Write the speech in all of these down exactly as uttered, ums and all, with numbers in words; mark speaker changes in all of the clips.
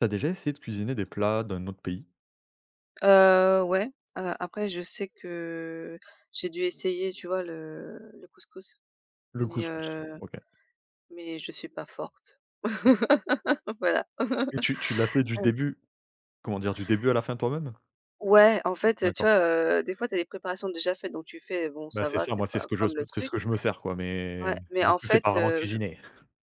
Speaker 1: T'as déjà essayé de cuisiner des plats d'un autre pays?
Speaker 2: Heu, ouais, heu, après je sais que j'ai dû essayer, tu vois, le le couscous,
Speaker 1: Le
Speaker 2: mais
Speaker 1: couscous.
Speaker 2: heu,
Speaker 1: OK.
Speaker 2: mais je suis pas forte. Voilà.
Speaker 1: Et tu tu l'as fait du début comment dire? Du début à la fin toi-même?
Speaker 2: Ouais, en fait, heu, tu
Speaker 1: D'accord.
Speaker 2: vois, heu, des fois tu as des préparations déjà faites, donc tu fais bon
Speaker 1: Bah,
Speaker 2: ça
Speaker 1: c'est
Speaker 2: va,
Speaker 1: ça,
Speaker 2: c'est
Speaker 1: moi, c'est
Speaker 2: pas
Speaker 1: ce que je
Speaker 2: comme le
Speaker 1: c'est ce
Speaker 2: truc.
Speaker 1: que je me sers, quoi,
Speaker 2: Ouais,
Speaker 1: mais
Speaker 2: mais
Speaker 1: du
Speaker 2: en
Speaker 1: coup, c'est pas
Speaker 2: fait,
Speaker 1: vraiment
Speaker 2: heu, je
Speaker 1: cuisiner.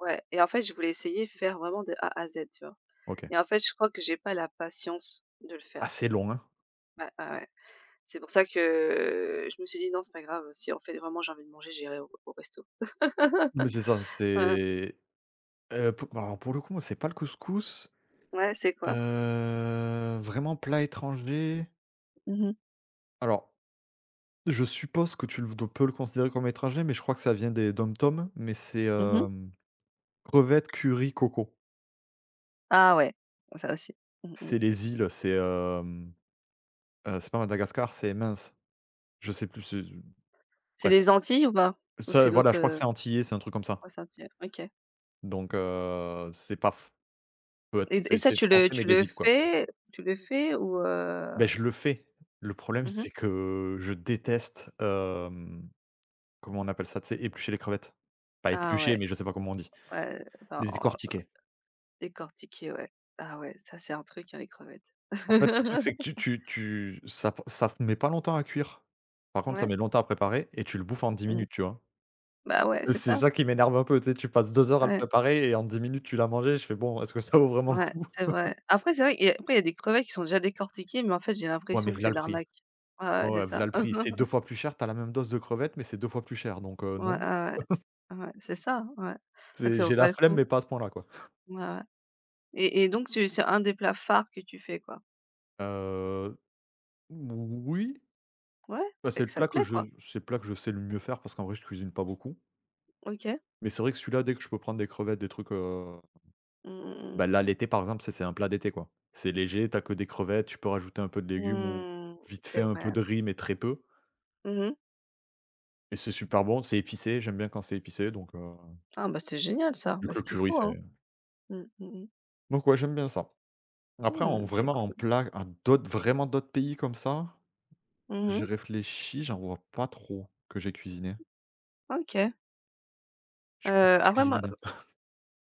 Speaker 2: ouais et en fait je voulais essayer faire vraiment de A à Z, tu vois?
Speaker 1: OK.
Speaker 2: Et en fait je crois que j'ai pas la patience de le faire.
Speaker 1: Assez long, hein?
Speaker 2: Ouais, ouais, ouais. C'est pour ça que je me suis dit: «Non, c'est pas grave, si en fait vraiment j'ai envie de manger, j'irai au au resto».
Speaker 1: Mais c'est ça,
Speaker 2: Voilà.
Speaker 1: c'est, heu, pou alors, pour le coup, moi, c'est pas le couscous.
Speaker 2: Ouais, c'est quoi?
Speaker 1: Heu, vraiment plat étranger,
Speaker 2: Mmh mh.
Speaker 1: alors, je suppose que tu le peux le considérer comme étranger, mais je crois que ça vient des DOM-TOM, mais c'est,
Speaker 2: Mmh.
Speaker 1: hem, crevettes, curry, coco.
Speaker 2: Ah ouais, ça aussi. Mmh mh.
Speaker 1: C'est les îles, c'est, euh, Heu, c'est pas Madagascar, c'est mince, je sais plus, c'est
Speaker 2: C'est
Speaker 1: bref.
Speaker 2: les Antilles ou pas? Ou c'est
Speaker 1: Ça, voilà,
Speaker 2: d'autres,
Speaker 1: je crois que
Speaker 2: heu,
Speaker 1: c'est antillais, c'est un truc comme ça.
Speaker 2: ouais c'est Antilles, OK.
Speaker 1: Donc heu, c'est pas f peut-être
Speaker 2: Et et
Speaker 1: c'est
Speaker 2: ça
Speaker 1: c'est
Speaker 2: tu le
Speaker 1: français, mais
Speaker 2: tu
Speaker 1: des
Speaker 2: le
Speaker 1: îles, quoi.
Speaker 2: fais tu le fais ou
Speaker 1: Beh,
Speaker 2: heu?
Speaker 1: je le fais. Le problème,
Speaker 2: Mmh.
Speaker 1: c'est que je déteste, hem, comment on appelle ça? Tu sais, éplucher les crevettes? Pas
Speaker 2: Ah
Speaker 1: éplucher,
Speaker 2: ouais,
Speaker 1: mais je sais pas comment on dit.
Speaker 2: ouais, enfin
Speaker 1: Les
Speaker 2: en
Speaker 1: décortiquer.
Speaker 2: décortiquer, ouais. Ah ouais, ça c'est un truc, hein, les crevettes.
Speaker 1: En fait, le truc, c'est que tu tu tu ça p ça met pas longtemps à cuire. Par contre, ça
Speaker 2: Ouais.
Speaker 1: met longtemps à préparer et tu le bouffes en dix
Speaker 2: Mmh.
Speaker 1: minutes, tu vois?
Speaker 2: Bah ouais, c'est
Speaker 1: C'est
Speaker 2: ça.
Speaker 1: ça qui m'énerve un peu, tu sais, tu passes deux heures à le
Speaker 2: Ouais,
Speaker 1: préparer et en dix minutes tu l'as mangé, je fais: «Bon, est-ce que ça vaut vraiment le
Speaker 2: ouais,
Speaker 1: coup?»
Speaker 2: c'est vrai. Après c'est vrai et après il y a des crevettes qui sont déjà décortiquées, mais en fait, j'ai
Speaker 1: Ouais, mais
Speaker 2: l'impression que
Speaker 1: v'là
Speaker 2: c'est
Speaker 1: le
Speaker 2: de
Speaker 1: prix.
Speaker 2: l'arnaque. Ouais,
Speaker 1: Ouais,
Speaker 2: ouais, c'est
Speaker 1: ouais, v'là
Speaker 2: ça.
Speaker 1: le prix. C'est deux fois plus cher, t'as la même dose de crevettes, mais c'est deux fois plus cher, donc heu,
Speaker 2: Ouais,
Speaker 1: non.
Speaker 2: ouais, ouais, ouais, c'est ça, hein, ouais. C'est vrai que
Speaker 1: C'est
Speaker 2: ça vaut
Speaker 1: j'ai
Speaker 2: pas
Speaker 1: la
Speaker 2: le
Speaker 1: flemme,
Speaker 2: coup.
Speaker 1: mais pas à ce point-là, quoi.
Speaker 2: Ouais, ouais et et donc tu c'est un des plats phares que tu fais, quoi?
Speaker 1: Heu, oui,
Speaker 2: Ouais,
Speaker 1: bah,
Speaker 2: et
Speaker 1: c'est
Speaker 2: que
Speaker 1: le
Speaker 2: ça
Speaker 1: plat
Speaker 2: te
Speaker 1: que
Speaker 2: plaît,
Speaker 1: je
Speaker 2: quoi.
Speaker 1: c'est le plat que je sais le mieux faire parce qu'en vrai je cuisine pas beaucoup.
Speaker 2: OK.
Speaker 1: Mais c'est vrai que celui-là, dès que je peux prendre des crevettes, des trucs, heu,
Speaker 2: Mmh mh,
Speaker 1: bah, là, l'été, par exemple, c'est c'est un plat d'été, quoi. C'est léger, t'as que des crevettes, tu peux rajouter un peu de légumes ou
Speaker 2: mmh. Mmh,
Speaker 1: vite
Speaker 2: c'est
Speaker 1: fait un peu
Speaker 2: vrai.
Speaker 1: de riz, mais très peu.
Speaker 2: Mmh.
Speaker 1: Et c'est super bon, c'est épicé, j'aime bien quand c'est épicé, donc heu,
Speaker 2: Ah bah, c'est génial ça,
Speaker 1: vu
Speaker 2: bah,
Speaker 1: que
Speaker 2: ce
Speaker 1: le
Speaker 2: qu'il
Speaker 1: curry,
Speaker 2: faut,
Speaker 1: c'est
Speaker 2: hein. Mmh, mmh mh.
Speaker 1: donc ouais, j'aime bien ça. Après en
Speaker 2: Mmh, c'est
Speaker 1: vraiment en
Speaker 2: cool.
Speaker 1: plat à d'autres vraiment d'autres pays comme ça, j'ai
Speaker 2: Mmh.
Speaker 1: réfléchi, j'en vois pas trop que j'ai cuisiné.
Speaker 2: OK.
Speaker 1: Je suis pas
Speaker 2: Heu,
Speaker 1: très
Speaker 2: Après moi,
Speaker 1: cuisine.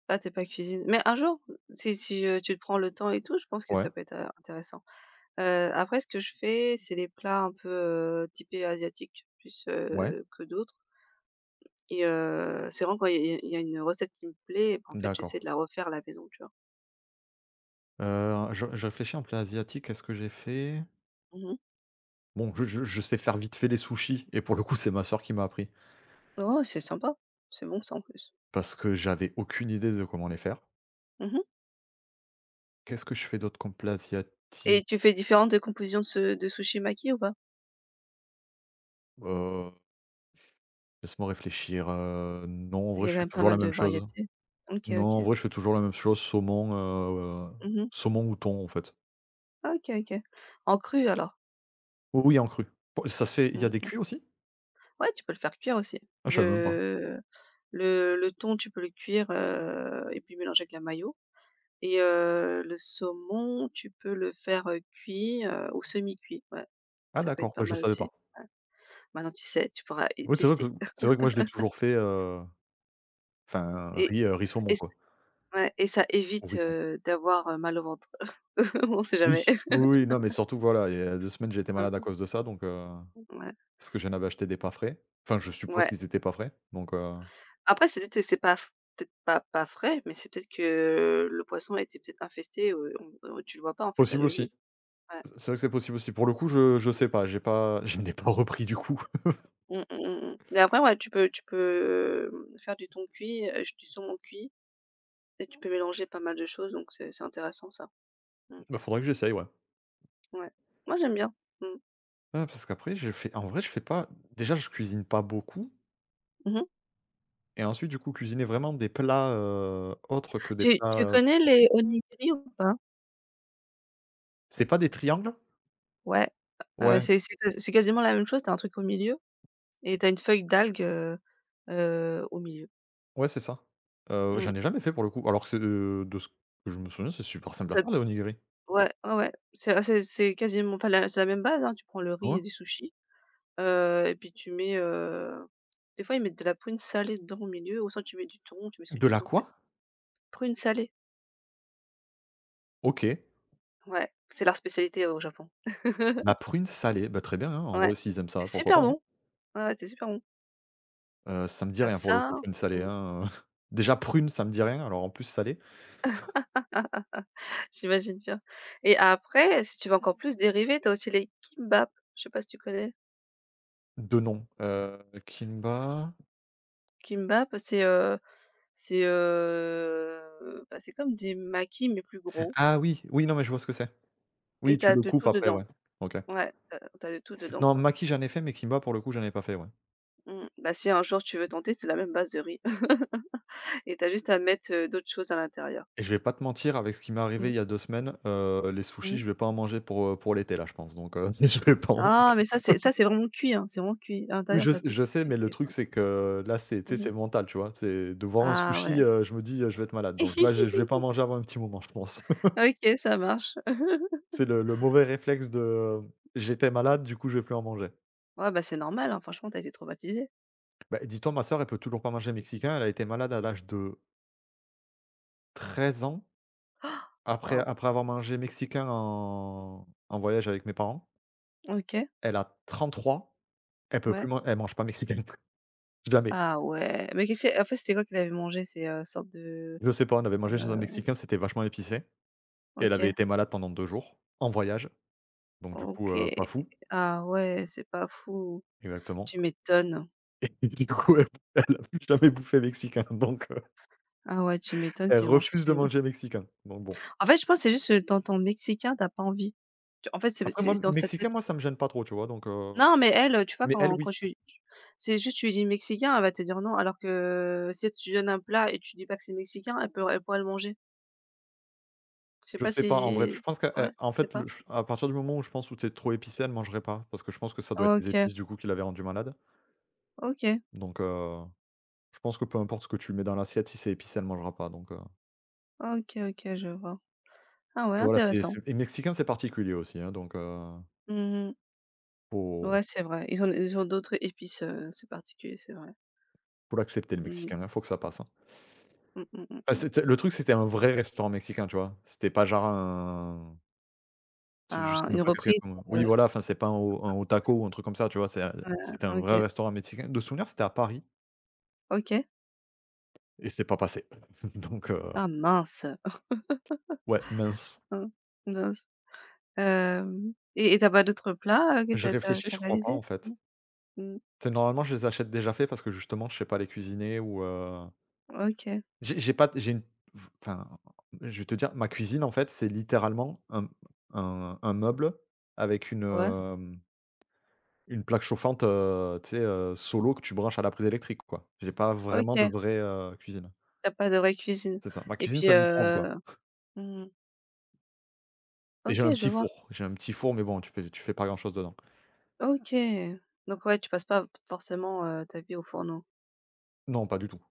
Speaker 2: ah, tu pas cuisine mais un jour, si si, heu, tu te prends le temps et tout, je pense que ça
Speaker 1: Ouais,
Speaker 2: peut être, heu, intéressant. Heu, après ce que je fais, c'est les plats un peu, heu, typés asiatiques plus,
Speaker 1: ouais,
Speaker 2: heu, que d'autres. Et heu, c'est vraiment quand il y a il y a une recette qui me plaît, en fait, j'essaie
Speaker 1: d'accord.
Speaker 2: de la refaire à la maison, tu vois?
Speaker 1: Heu, je je réfléchis en plat asiatique, qu'est-ce que j'ai fait?
Speaker 2: Mmh.
Speaker 1: Bon, je je je sais faire vite fait les sushis et pour le coup, c'est ma sœur qui m'a appris
Speaker 2: Oh, c'est sympa. C'est bon ça, en plus.
Speaker 1: parce que j'avais aucune idée de comment les faire.
Speaker 2: Mmh.
Speaker 1: Qu'est-ce que je fais d'autre comme plat
Speaker 2: Et
Speaker 1: asiatique?
Speaker 2: tu fais différentes compositions de ce de sushi maki ou pas?
Speaker 1: Laisse-moi réfléchir, heu, non, en
Speaker 2: Parce qu'il
Speaker 1: vrai,
Speaker 2: y a
Speaker 1: je
Speaker 2: quand
Speaker 1: fais
Speaker 2: même pas
Speaker 1: toujours la
Speaker 2: mal de
Speaker 1: même chose.
Speaker 2: variétés. OK,
Speaker 1: Non, en
Speaker 2: OK.
Speaker 1: vrai, je fais toujours la même chose, saumon, heu,
Speaker 2: Mmh.
Speaker 1: saumon ou thon, en fait.
Speaker 2: Ah OK, OK. En cru, alors?
Speaker 1: Oui, oui, en cru. Po ça se fait il y
Speaker 2: Mmh,
Speaker 1: a des
Speaker 2: OK.
Speaker 1: cuits aussi?
Speaker 2: Ouais, tu peux le faire cuire aussi.
Speaker 1: Ah, je savais même pas.
Speaker 2: Le le le thon, tu peux le cuire, heu et puis mélanger avec la mayo et heu, le saumon, tu peux le faire, heu, cuit, heu, ou semi-cuit, ouais.
Speaker 1: Ah
Speaker 2: Ça peut être
Speaker 1: d'accord,
Speaker 2: pas
Speaker 1: bah, je
Speaker 2: mal
Speaker 1: savais
Speaker 2: aussi.
Speaker 1: pas.
Speaker 2: Maintenant tu sais, tu pourras et
Speaker 1: Oui, c'est vrai que
Speaker 2: tester
Speaker 1: c'est vrai que moi, je l'ai toujours fait, heu, enfin,
Speaker 2: et
Speaker 1: riz, heu, riz saumon,
Speaker 2: et c
Speaker 1: quoi,
Speaker 2: ouais et ça
Speaker 1: ou
Speaker 2: évite,
Speaker 1: riz thon.
Speaker 2: heu, d'avoir, heu, mal au ventre. On sait
Speaker 1: Oui,
Speaker 2: jamais.
Speaker 1: oui, oui, non, mais surtout, voilà, il y a deux semaines, j'ai été malade à
Speaker 2: Mmh,
Speaker 1: cause de ça, donc heu,
Speaker 2: ouais,
Speaker 1: parce que j'en avais acheté des pas frais. Enfin, je suppose
Speaker 2: ouais.
Speaker 1: qu'ils étaient pas frais, donc heu,
Speaker 2: Après c'est peut-être que c'est pas f peut-être pas pas frais, mais c'est peut-être que le poisson a été peut-être infesté, heu, on on tu le vois pas en fait à
Speaker 1: possible
Speaker 2: l'œil
Speaker 1: aussi.
Speaker 2: nu. Ouais.
Speaker 1: C'est vrai que c'est possible aussi. Pour le coup, je je sais pas, j'ai pas je n'ai pas repris, du coup.
Speaker 2: Mmh mh, mmh mh. Mais après ouais, tu peux tu peux, hem, faire du thon cuit, heu, du saumon cuit et tu peux mélanger pas mal de choses donc c'est c'est intéressant ça. Mmh,
Speaker 1: Bah, faudrait que j'essaye, ouais.
Speaker 2: ouais. Moi j'aime bien. Mmh.
Speaker 1: Ouais, parce qu'après, j'ai fait en vrai, je fais pas déjà, je cuisine pas beaucoup
Speaker 2: Mmh.
Speaker 1: et ensuite, du coup, cuisiner vraiment des plats, heu, autres que des
Speaker 2: Tu tu
Speaker 1: plats, heu,
Speaker 2: connais
Speaker 1: français.
Speaker 2: les onigiri ou pas?
Speaker 1: C'est pas des triangles?
Speaker 2: Ouais, heu,
Speaker 1: Ouais,
Speaker 2: c'est c'est q c'est quasiment la même chose, tu as un truc au milieu et tu as une feuille d'algue, heu, heu, au milieu.
Speaker 1: ouais, c'est ça. Heu,
Speaker 2: Mmh.
Speaker 1: j'en ai jamais fait pour le coup, alors que c'est de de ce que je me souviens, c'est super simple à
Speaker 2: Ça d
Speaker 1: faire, les onigiri.
Speaker 2: Ouais, ouais, ouais, c'est ah c'est c'est quasiment enfin la c'est la même base, hein. Tu prends le
Speaker 1: Ah
Speaker 2: riz
Speaker 1: ouais?
Speaker 2: et des sushis, heu et puis tu mets, heu, des fois ils mettent de la prune salée dedans au milieu ou soit tu mets du thon, tu mets ce que
Speaker 1: De
Speaker 2: tu
Speaker 1: la
Speaker 2: veux en fait.
Speaker 1: quoi?
Speaker 2: Prune salée,
Speaker 1: OK.
Speaker 2: ouais, c'est leur spécialité au Japon.
Speaker 1: La prune salée, bah, très bien, hein, en
Speaker 2: Ouais,
Speaker 1: vrai, s'ils aiment
Speaker 2: c'est
Speaker 1: ça, pourquoi pas,
Speaker 2: super
Speaker 1: hein?
Speaker 2: bon, ouais, ouais, c'est super bon.
Speaker 1: Heu, ça me dit
Speaker 2: Tu as
Speaker 1: rien pour le
Speaker 2: ça,
Speaker 1: coup, prune salée,
Speaker 2: mmh.
Speaker 1: hein, déjà prune, ça me dit rien, alors en plus salée.
Speaker 2: J'imagine bien et après, si tu veux encore plus dériver, tu as aussi les kimbap. Je sais pas si tu connais?
Speaker 1: De nom, heu, Kimba
Speaker 2: Kimbap, c'est, heu c'est, heu, bah, c'est comme des makis mais plus gros
Speaker 1: ah oui, oui, non, mais je vois ce que c'est.
Speaker 2: et
Speaker 1: Oui, tu
Speaker 2: t'as
Speaker 1: le
Speaker 2: de
Speaker 1: coupes
Speaker 2: tout
Speaker 1: après,
Speaker 2: dedans.
Speaker 1: ouais. OK.
Speaker 2: Ouais, t'as as de tout dedans,
Speaker 1: Non,
Speaker 2: quoi.
Speaker 1: Maki, j'en ai fait, mais Kimba, pour le coup, j'en ai pas fait, ouais.
Speaker 2: Mmh. Bah, si un jour tu veux tenter, c'est la même base de riz et t'as juste à mettre, heu, d'autres choses à l'intérieur.
Speaker 1: Et je vais pas te mentir, avec ce qui m'est arrivé
Speaker 2: Mmh.
Speaker 1: il y a deux semaines, heu, les sushis,
Speaker 2: Mmh.
Speaker 1: je vais pas en manger pour, heu, pour l'été là, je pense, donc heu, je vais pas en faire.
Speaker 2: Ah, mais ça, c'est ça, c'est vraiment cuit, hein, c'est vraiment cuit. À
Speaker 1: Oui,
Speaker 2: l'intérieur,
Speaker 1: je
Speaker 2: t'as
Speaker 1: sais
Speaker 2: tout
Speaker 1: je sais,
Speaker 2: qui est
Speaker 1: mais le
Speaker 2: cuit,
Speaker 1: truc, c'est que là, c'est tu
Speaker 2: ouais.
Speaker 1: sais,
Speaker 2: Mmh.
Speaker 1: c'est mental, tu vois? C'est de voir un
Speaker 2: Ah ouais.
Speaker 1: sushi, heu, je me dis, heu: «Je vais être malade», donc là, je je vais pas en manger avant un petit moment, je pense.
Speaker 2: OK, ça marche.
Speaker 1: C'est le le mauvais réflexe de: euh, «J'étais malade, du coup, je vais plus en manger».
Speaker 2: Ouais, bah, c'est normal, hein, franchement, t'as été traumatisé.
Speaker 1: Bah, dis-toi, ma sœur, elle peut toujours pas manger mexicain, elle a été malade à l'âge de treize ans. Après
Speaker 2: Waouh!
Speaker 1: après avoir mangé mexicain en en voyage avec mes parents,
Speaker 2: OK,
Speaker 1: elle a trente trois. Elle peut plus
Speaker 2: ouais.
Speaker 1: man elle mange pas mexicain. Jamais.
Speaker 2: Ah ouais, mais qu'est-ce que en fait, c'était quoi qu'il avait mangé? C'est, heu, sorte de,
Speaker 1: Je sais pas, on avait mangé chez un
Speaker 2: heu,
Speaker 1: mexicain, c'était vachement épicé et elle avait
Speaker 2: OK,
Speaker 1: été malade pendant deux jours, en voyage, donc du coup,
Speaker 2: OK.
Speaker 1: heu, pas fou.
Speaker 2: Ah ouais, c'est pas fou.
Speaker 1: Exactement
Speaker 2: Tu m'étonnes.
Speaker 1: et du coup, elle elle a plus jamais bouffé mexicain, donc heu,
Speaker 2: Ah ouais, tu m'étonnes
Speaker 1: elle
Speaker 2: qu'elle mange
Speaker 1: refuse de
Speaker 2: plus, hein.
Speaker 1: manger mexicain, donc bon.
Speaker 2: En fait, je pense que c'est juste, heu, dans ton mexicain, t'as pas envie. Tu En fait, c'est
Speaker 1: Après moi,
Speaker 2: c'est dans sa
Speaker 1: mexicain,
Speaker 2: tête.
Speaker 1: moi, ça me gêne pas trop, tu vois? Donc heu,
Speaker 2: Non, mais elle, tu vois
Speaker 1: mais elle,
Speaker 2: quand quand
Speaker 1: oui.
Speaker 2: tu c'est juste tu lui dis: «Mexicain», elle va te dire non, alors que si tu lui donnes un plat et tu dis pas que c'est mexicain, elle peut elle pourrait le manger. Je sais
Speaker 1: Je
Speaker 2: pas
Speaker 1: sais
Speaker 2: si
Speaker 1: pas en vrai, je pense
Speaker 2: Ouais,
Speaker 1: qu'en
Speaker 2: je sais
Speaker 1: fait,
Speaker 2: pas.
Speaker 1: le ch à partir du moment où je pense où c'est trop épicé, elle mangerait pas parce que je pense que ça doit être les
Speaker 2: OK,
Speaker 1: épices du coup qui l'avaient rendue malade,
Speaker 2: OK,
Speaker 1: donc heu, je pense que peu importe ce que tu mets dans l'assiette, si c'est épicé, elle mangera pas donc heu,
Speaker 2: OK, OK, je vois. Ah ouais,
Speaker 1: voilà, c'est
Speaker 2: intéressant.
Speaker 1: c'est et mexicain, c'est particulier aussi, hein, donc heu,
Speaker 2: Mmh.
Speaker 1: faut
Speaker 2: Ouais, c'est vrai. Ils ont ils ont d'autres épices, heu, c'est particulier, c'est vrai.
Speaker 1: faut l'accepter le
Speaker 2: Mmh.
Speaker 1: mexicain, hein, faut que ça passe, hein.
Speaker 2: Mmh, mmh, mmh,
Speaker 1: Bah,
Speaker 2: mmh.
Speaker 1: c'était le truc, c'était un vrai restaurant mexicain, tu vois? C'était pas genre un tu je
Speaker 2: Ah,
Speaker 1: sais même
Speaker 2: une
Speaker 1: pas qu'est-ce qu'il y
Speaker 2: reprise,
Speaker 1: comme
Speaker 2: heu,
Speaker 1: oui, voilà, enfin, c'est pas un o un au taco ou un truc comme ça, tu vois? C'est
Speaker 2: heu,
Speaker 1: c'était un vrai
Speaker 2: OK.
Speaker 1: restaurant mexicain. De souvenir, c'était à Paris
Speaker 2: OK.
Speaker 1: et c'est pas passé donc
Speaker 2: Ah mince!
Speaker 1: ouais, mince.
Speaker 2: Ah, mince. Hem et et tu pas d'autres plats, heu, que
Speaker 1: Je
Speaker 2: t'as t'as
Speaker 1: réfléchis,
Speaker 2: tu
Speaker 1: je crois pas
Speaker 2: as
Speaker 1: en fait.
Speaker 2: non? Mmh.
Speaker 1: C'est normalement, je les achète déjà faits parce que justement, je sais pas les cuisiner ou, heu,
Speaker 2: OK.
Speaker 1: j'ai j'ai pas j'ai une enfin, je vais te dire, ma cuisine en fait, c'est littéralement un un un meuble avec une,
Speaker 2: Ouais.
Speaker 1: hem, une plaque chauffante, heu, tu sais, heu, solo que tu branches à la prise électrique quoi. J'ai pas vraiment de
Speaker 2: OK.
Speaker 1: vraie, heu, cuisine.
Speaker 2: T'as pas de vraie cuisine
Speaker 1: C'est ça. Ma
Speaker 2: et
Speaker 1: cuisine,
Speaker 2: puis,
Speaker 1: c'est un micro-ondes quoi
Speaker 2: heu mmh.
Speaker 1: et j'ai un
Speaker 2: OK, je
Speaker 1: petit
Speaker 2: vois.
Speaker 1: four. J'ai un petit four mais bon, tu fais tu fais pas grand chose dedans.
Speaker 2: OK. Donc ouais, tu passes pas forcément, heu, ta vie au fourneau.
Speaker 1: Non, pas du tout.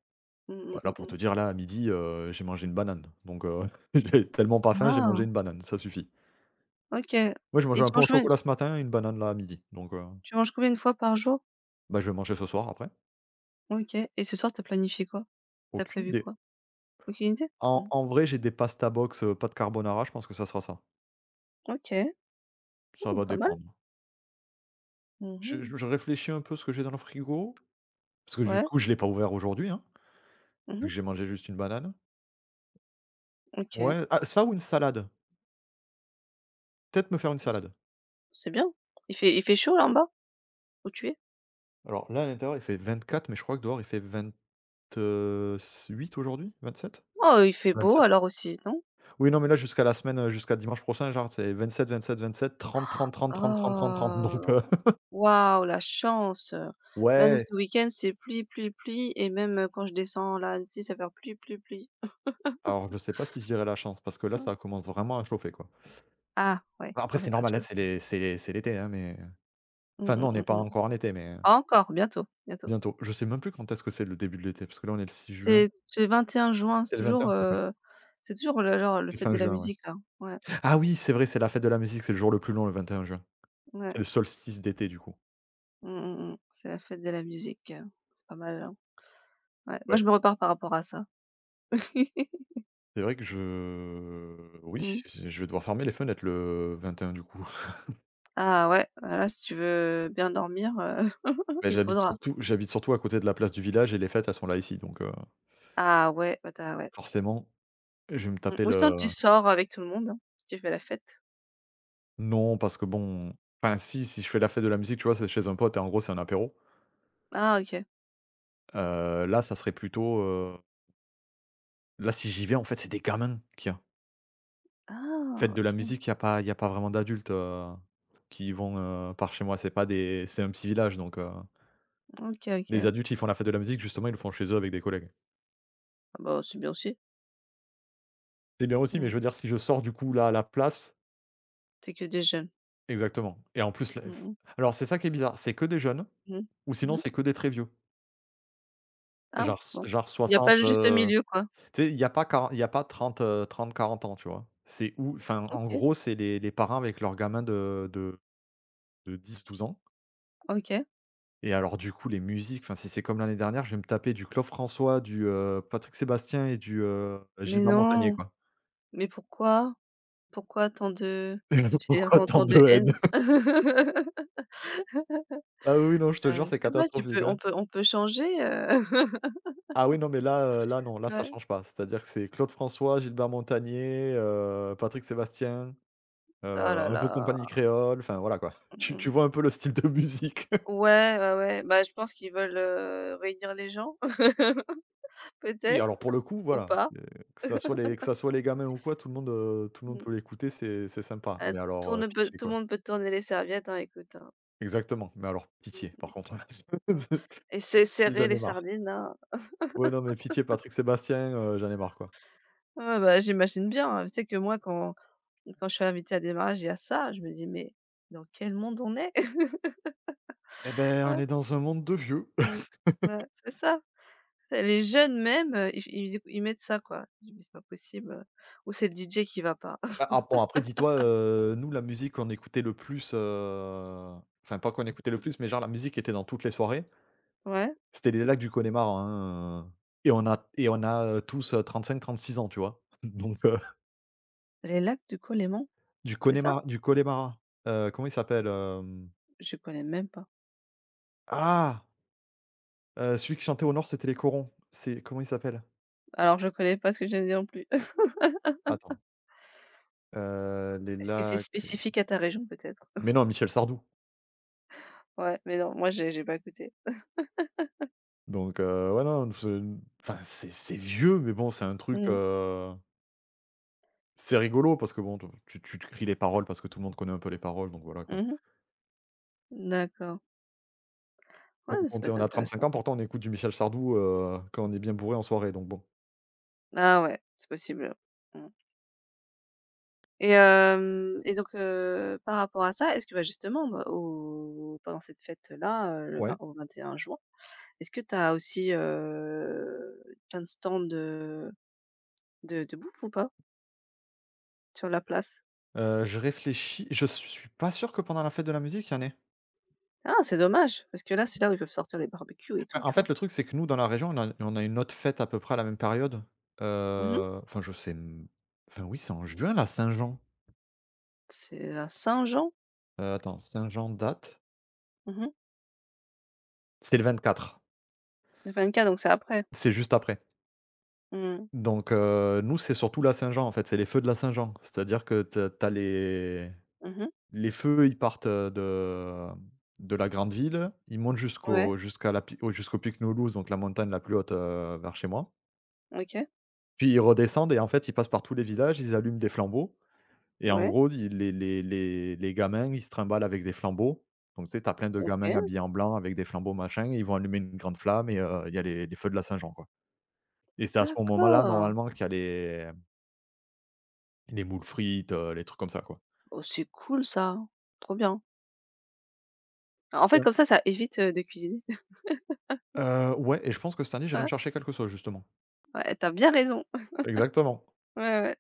Speaker 2: Mmh, mmh,
Speaker 1: Bah, là,
Speaker 2: mmh,
Speaker 1: pour
Speaker 2: mmh.
Speaker 1: te dire, là, à midi, heu, j'ai mangé une banane, donc heu, j'avais tellement pas faim, j'ai
Speaker 2: Ah!
Speaker 1: mangé une banane, ça suffit.
Speaker 2: OK,
Speaker 1: Moi, j'ai
Speaker 2: et
Speaker 1: mangé un
Speaker 2: tu
Speaker 1: peu au
Speaker 2: manges
Speaker 1: chocolat ce matin et une banane, là, à midi, donc heu,
Speaker 2: tu manges combien de fois par jour?
Speaker 1: bah, je vais manger ce soir, après.
Speaker 2: OK, et ce soir, t'as planifié quoi? T'as
Speaker 1: Aucune
Speaker 2: prévu
Speaker 1: idée.
Speaker 2: quoi? Aucune idée?
Speaker 1: En
Speaker 2: Mmh.
Speaker 1: en vrai, j'ai des pasta box, euh, pas de carbonara, je pense que ça sera ça.
Speaker 2: OK.
Speaker 1: Ça
Speaker 2: Mmh,
Speaker 1: va
Speaker 2: pas mal.
Speaker 1: dépendre. Je
Speaker 2: Mmh.
Speaker 1: je je réfléchis un peu ce que j'ai dans le frigo, parce que du
Speaker 2: Ouais.
Speaker 1: coup, je l'ai pas ouvert aujourd'hui, hein, vu
Speaker 2: Mmh.
Speaker 1: que j'ai mangé juste une banane.
Speaker 2: OK.
Speaker 1: Ouais, ah, ça ou une salade. Peut-être me faire une
Speaker 2: Bah,
Speaker 1: salade.
Speaker 2: c'est bien. Il fait il fait chaud là en bas, où tu es?
Speaker 1: Alors là, à l'intérieur, il fait vingt-quatre, mais je crois que dehors, il fait vingt-huit aujourd'hui? Vingt-sept.
Speaker 2: Oh, il fait beau alors aussi, non?
Speaker 1: Oui, non, mais là, jusqu'à la semaine, heu, jusqu'à dimanche prochain, genre, c'est vingt-sept vingt-sept-vingt-sept, trente trente-trente trente-trente trente-trente, donc
Speaker 2: Ah!
Speaker 1: heu,
Speaker 2: Waouh, la chance. Là, nous,
Speaker 1: ouais,
Speaker 2: ce week-end, c'est pluie, pluie, pluie et même, heu, quand je descends là, Annecy, ça fait faire pluie, pluie, pluie.
Speaker 1: alors je sais pas si je dirais la chance, parce que là,
Speaker 2: Mmh.
Speaker 1: ça commence vraiment à chauffer, quoi.
Speaker 2: Ah ouais,
Speaker 1: Bah, après,
Speaker 2: bon ça,
Speaker 1: c'est
Speaker 2: c'est autre
Speaker 1: normal, là,
Speaker 2: chose.
Speaker 1: c'est les c'est les c'est l'été, hein, mais
Speaker 2: Mmh
Speaker 1: enfin,
Speaker 2: mh,
Speaker 1: non, on n'est pas
Speaker 2: mmh mh.
Speaker 1: encore en été, mais heu,
Speaker 2: Encore, bientôt, bientôt.
Speaker 1: bientôt. Je sais même plus quand est-ce que c'est le début de l'été, parce que là, on est le six juin.
Speaker 2: C'est c'est vingt et un juin, c'est
Speaker 1: C'est le
Speaker 2: toujours,
Speaker 1: vingt et un? OK.
Speaker 2: heu, c'est toujours le leur le
Speaker 1: C'est
Speaker 2: fête
Speaker 1: fin
Speaker 2: de la
Speaker 1: juin, ouais.
Speaker 2: musique là. Ouais,
Speaker 1: Ah oui, c'est vrai, c'est la fête de la musique, c'est le jour le plus long, le vingt et un juin. C'est
Speaker 2: ouais.
Speaker 1: le solstice d'été, du coup.
Speaker 2: Mmh mh, mmh. C'est la fête de la musique, heu, c'est pas mal, hein. Ouais, moi
Speaker 1: Ouais,
Speaker 2: je me repars par rapport à ça.
Speaker 1: c'est vrai que je oui,
Speaker 2: Mmh.
Speaker 1: je vais devoir fermer les fenêtres le vingt et un du coup.
Speaker 2: Ah ouais, ah là si tu veux bien dormir, heu,
Speaker 1: Mais
Speaker 2: il
Speaker 1: j'habite
Speaker 2: faudra.
Speaker 1: surtout j'habite surtout à côté de la place du village et les fêtes, elles sont là, ici, donc heu,
Speaker 2: Ah ouais, bah, tu as ouais.
Speaker 1: forcément, je vais me
Speaker 2: Mmh
Speaker 1: taper
Speaker 2: ou sinon tu
Speaker 1: le
Speaker 2: sors avec tout le monde, hein, tu fais la fête.
Speaker 1: non, parce que bon enfin si, si je fais la fête de la musique, tu vois, c'est chez un pote et en gros, c'est un apéro.
Speaker 2: Ah OK.
Speaker 1: Heu, là, ça serait plutôt, heu là, si j'y vais, en fait, c'est des gamins qui y a.
Speaker 2: Ah
Speaker 1: Fête de
Speaker 2: OK.
Speaker 1: la musique, il y a pas il y a pas vraiment d'adultes, heu, qui vont, heu, par chez moi. C'est pas des C'est un petit village, donc heu,
Speaker 2: OK,
Speaker 1: les
Speaker 2: OK.
Speaker 1: adultes, ils font la fête de la musique, justement, ils le font chez eux avec des collègues.
Speaker 2: Ah bah, c'est bien aussi.
Speaker 1: C'est bien aussi, mais
Speaker 2: Mmh.
Speaker 1: je veux dire, si je sors, du coup, là, à la place
Speaker 2: C'est que des jeunes.
Speaker 1: exactement et en plus, la
Speaker 2: Mmh mh.
Speaker 1: alors c'est ça qui est bizarre, c'est que des jeunes.
Speaker 2: Mmh.
Speaker 1: Ou
Speaker 2: Mmh
Speaker 1: sinon,
Speaker 2: mh.
Speaker 1: c'est que des très vieux.
Speaker 2: Ah
Speaker 1: Genre s
Speaker 2: bon.
Speaker 1: genre
Speaker 2: Il y a pas
Speaker 1: soixante,
Speaker 2: le juste
Speaker 1: heu,
Speaker 2: milieu quoi.
Speaker 1: tu sais, il y a pas quaren il y a pas trente heu, trente quarante ans, tu vois? C'est où, enfin, en
Speaker 2: OK,
Speaker 1: gros, c'est les les parents avec leurs gamins de de de dix douze ans
Speaker 2: OK.
Speaker 1: et alors, du coup, les musiques, enfin, si c'est comme l'année dernière, je vais me taper du Claude François, du, heu, Patrick Sébastien et du, heu,
Speaker 2: Mais
Speaker 1: Gilbert Montagné,
Speaker 2: non,
Speaker 1: quoi.
Speaker 2: mais pourquoi? Pourquoi tant de J'allais dire
Speaker 1: Pourquoi
Speaker 2: tant
Speaker 1: tant
Speaker 2: tant de
Speaker 1: de
Speaker 2: haine?
Speaker 1: haine? Ah oui, non, je te
Speaker 2: Heu,
Speaker 1: jure,
Speaker 2: je
Speaker 1: c'est
Speaker 2: sais pas, tu
Speaker 1: catastrophique,
Speaker 2: peux
Speaker 1: hein.
Speaker 2: on peut on peut changer, heu,
Speaker 1: Ah oui, non, mais là, heu, là, non, là, ça
Speaker 2: ouais.
Speaker 1: change pas. C'est-à-dire que c'est Claude François, Gilbert Montagné, heu, Patrick Sébastien. Heu,
Speaker 2: Oh là
Speaker 1: un peu de
Speaker 2: là,
Speaker 1: compagnie créole, enfin voilà quoi. Tu tu
Speaker 2: mmh.
Speaker 1: vois un peu le style de musique.
Speaker 2: Ouais, ouais, ouais, bah, je pense qu'ils veulent, heu, réunir les gens,
Speaker 1: Oui,
Speaker 2: peut-être
Speaker 1: alors pour le coup,
Speaker 2: ou
Speaker 1: voilà,
Speaker 2: pas.
Speaker 1: c'est que ça soit les que ça soit les gamins ou quoi, tout le monde, heu, tout le monde
Speaker 2: Mmh.
Speaker 1: peut l'écouter, c'est c'est sympa.
Speaker 2: Heu,
Speaker 1: Mais alors, heu,
Speaker 2: tourne peut
Speaker 1: pitié
Speaker 2: Tout le
Speaker 1: quoi.
Speaker 2: monde peut tourner les serviettes, hein, écoute, hein.
Speaker 1: Exactement, mais alors pitié
Speaker 2: Mmh
Speaker 1: par contre.
Speaker 2: mh. Et se serrer
Speaker 1: J'en
Speaker 2: les
Speaker 1: ai marre.
Speaker 2: sardines, hein.
Speaker 1: Ouais, non mais pitié Patrick Sébastien, heu, j'en ai marre quoi.
Speaker 2: Ouais, bah, j'imagine bien, hein. Tu sais que moi, quand quand je suis invitée à des mariages, il y a ça, je me dis: «Mais dans quel monde on est?»
Speaker 1: Eh ben on est dans un monde de vieux.
Speaker 2: Mmh. Ouais, c'est ça. C'est les jeunes même, heu, ils ils écou ils mettent ça quoi. Je dis: «Mais c'est pas possible, heu» ou c'est le D J qui va pas.
Speaker 1: Bah, ah bon après dis-toi, heu, nous la musique qu'on écoutait le plus, heu, enfin pas qu'on écoutait le plus, mais genre la musique était dans toutes les soirées.
Speaker 2: Ouais,
Speaker 1: C'était les lacs du Connemara, hein, heu et on a et on a, heu, tous, heu, trente-six ans, tu vois? Donc heu,
Speaker 2: les lacs du Coléman,
Speaker 1: du
Speaker 2: c'est ça?
Speaker 1: Connemara du Connemara, heu, comment il s'appelle? Hem,
Speaker 2: Je connais même pas.
Speaker 1: ah! Heu, celui qui chantait au Nord, c'était les Corons. C'est comment il s'appelle?
Speaker 2: Alors je connais pas ce que je viens de dire non plus.
Speaker 1: Attends, heu, les
Speaker 2: Est-ce que c'est
Speaker 1: lacs
Speaker 2: spécifique à ta région peut-être?
Speaker 1: mais non, Michel Sardou.
Speaker 2: Ouais, mais non, moi j'ai j'ai pas goûté.
Speaker 1: Donc heu, ouais, non, ce Enfin, c'est c'est vieux, mais bon, c'est un truc,
Speaker 2: Mmh.
Speaker 1: heu, c'est rigolo parce que bon, tu tu tu cries les paroles parce que tout le monde connaît un peu les paroles, donc voilà, quoi.
Speaker 2: Mmh mh. D'accord. Ouais,
Speaker 1: On
Speaker 2: mais ça
Speaker 1: on
Speaker 2: peut
Speaker 1: t
Speaker 2: être
Speaker 1: on a trente-cinq
Speaker 2: intéressant.
Speaker 1: ans, pourtant on écoute du Michel Sardou, heu, quand on est bien bourré en soirée, donc bon.
Speaker 2: Ah ouais, c'est possible. Mmh et hem et donc, heu, par rapport à ça, est-ce que, bah, justement, bah, au pendant cette fête là, heu, le vingt
Speaker 1: Ouais.
Speaker 2: au vingt et un juin Est-ce que tu as aussi, heu, plein de stands de de de bouffe ou pas sur la place?
Speaker 1: Heu, je réfléchis, je suis pas sûr que pendant la fête de la musique, il y en ait.
Speaker 2: Ah, c'est dommage, parce que là, c'est là où ils peuvent sortir les barbecues et
Speaker 1: Bah,
Speaker 2: tout, tu
Speaker 1: en
Speaker 2: vois?
Speaker 1: fait, le truc, c'est que nous, dans la région, on a on a une autre fête à peu près à la même période.
Speaker 2: Mmh.
Speaker 1: Heu, enfin, je sais m Enfin, oui, c'est en juin, la Saint-Jean.
Speaker 2: C'est la Saint-Jean?
Speaker 1: Heu, attends, Saint-Jean date?
Speaker 2: Mmh mh.
Speaker 1: C'est le vingt-quatre.
Speaker 2: Le vingt-quatre donc c'est après?
Speaker 1: C'est juste après.
Speaker 2: Mmh.
Speaker 1: Donc heu, nous, c'est surtout la Saint-Jean, en fait, c'est les feux de la Saint-Jean. C'est-à-dire que t'as as les
Speaker 2: Mmh.
Speaker 1: les feux, ils partent, heu, de de la grande ville, ils montent
Speaker 2: Ouais,
Speaker 1: jusqu'au jusqu'à la pi au- jusqu'au pic Loulouse, donc la montagne la plus haute, heu, vers chez moi.
Speaker 2: OK.
Speaker 1: Puis ils redescendent et en fait, ils passent par tous les villages, ils allument des flambeaux et en
Speaker 2: Ouais,
Speaker 1: gros, ils les les les les gamins, ils se trimballent avec des flambeaux. Donc tu sais, t'as plein de gamins
Speaker 2: OK.
Speaker 1: habillés en blanc avec des flambeaux, machin et ils vont allumer une grande flamme et heu, il y a les les feux de la Saint-Jean, quoi et c'est à ce moment-là,
Speaker 2: D'accord.
Speaker 1: normalement, qu'il y a les les moules frites, heu, les trucs comme ça, quoi.
Speaker 2: Oh, c'est cool ça. Trop bien. En fait, comme ça, ça évite, heu, de cuisiner.
Speaker 1: Heu, ouais et je pense que cette année, j'irai me
Speaker 2: Ouais,
Speaker 1: chercher quelque chose, justement.
Speaker 2: ouais, tu bien raison.
Speaker 1: Exactement.
Speaker 2: Ouais, ouais.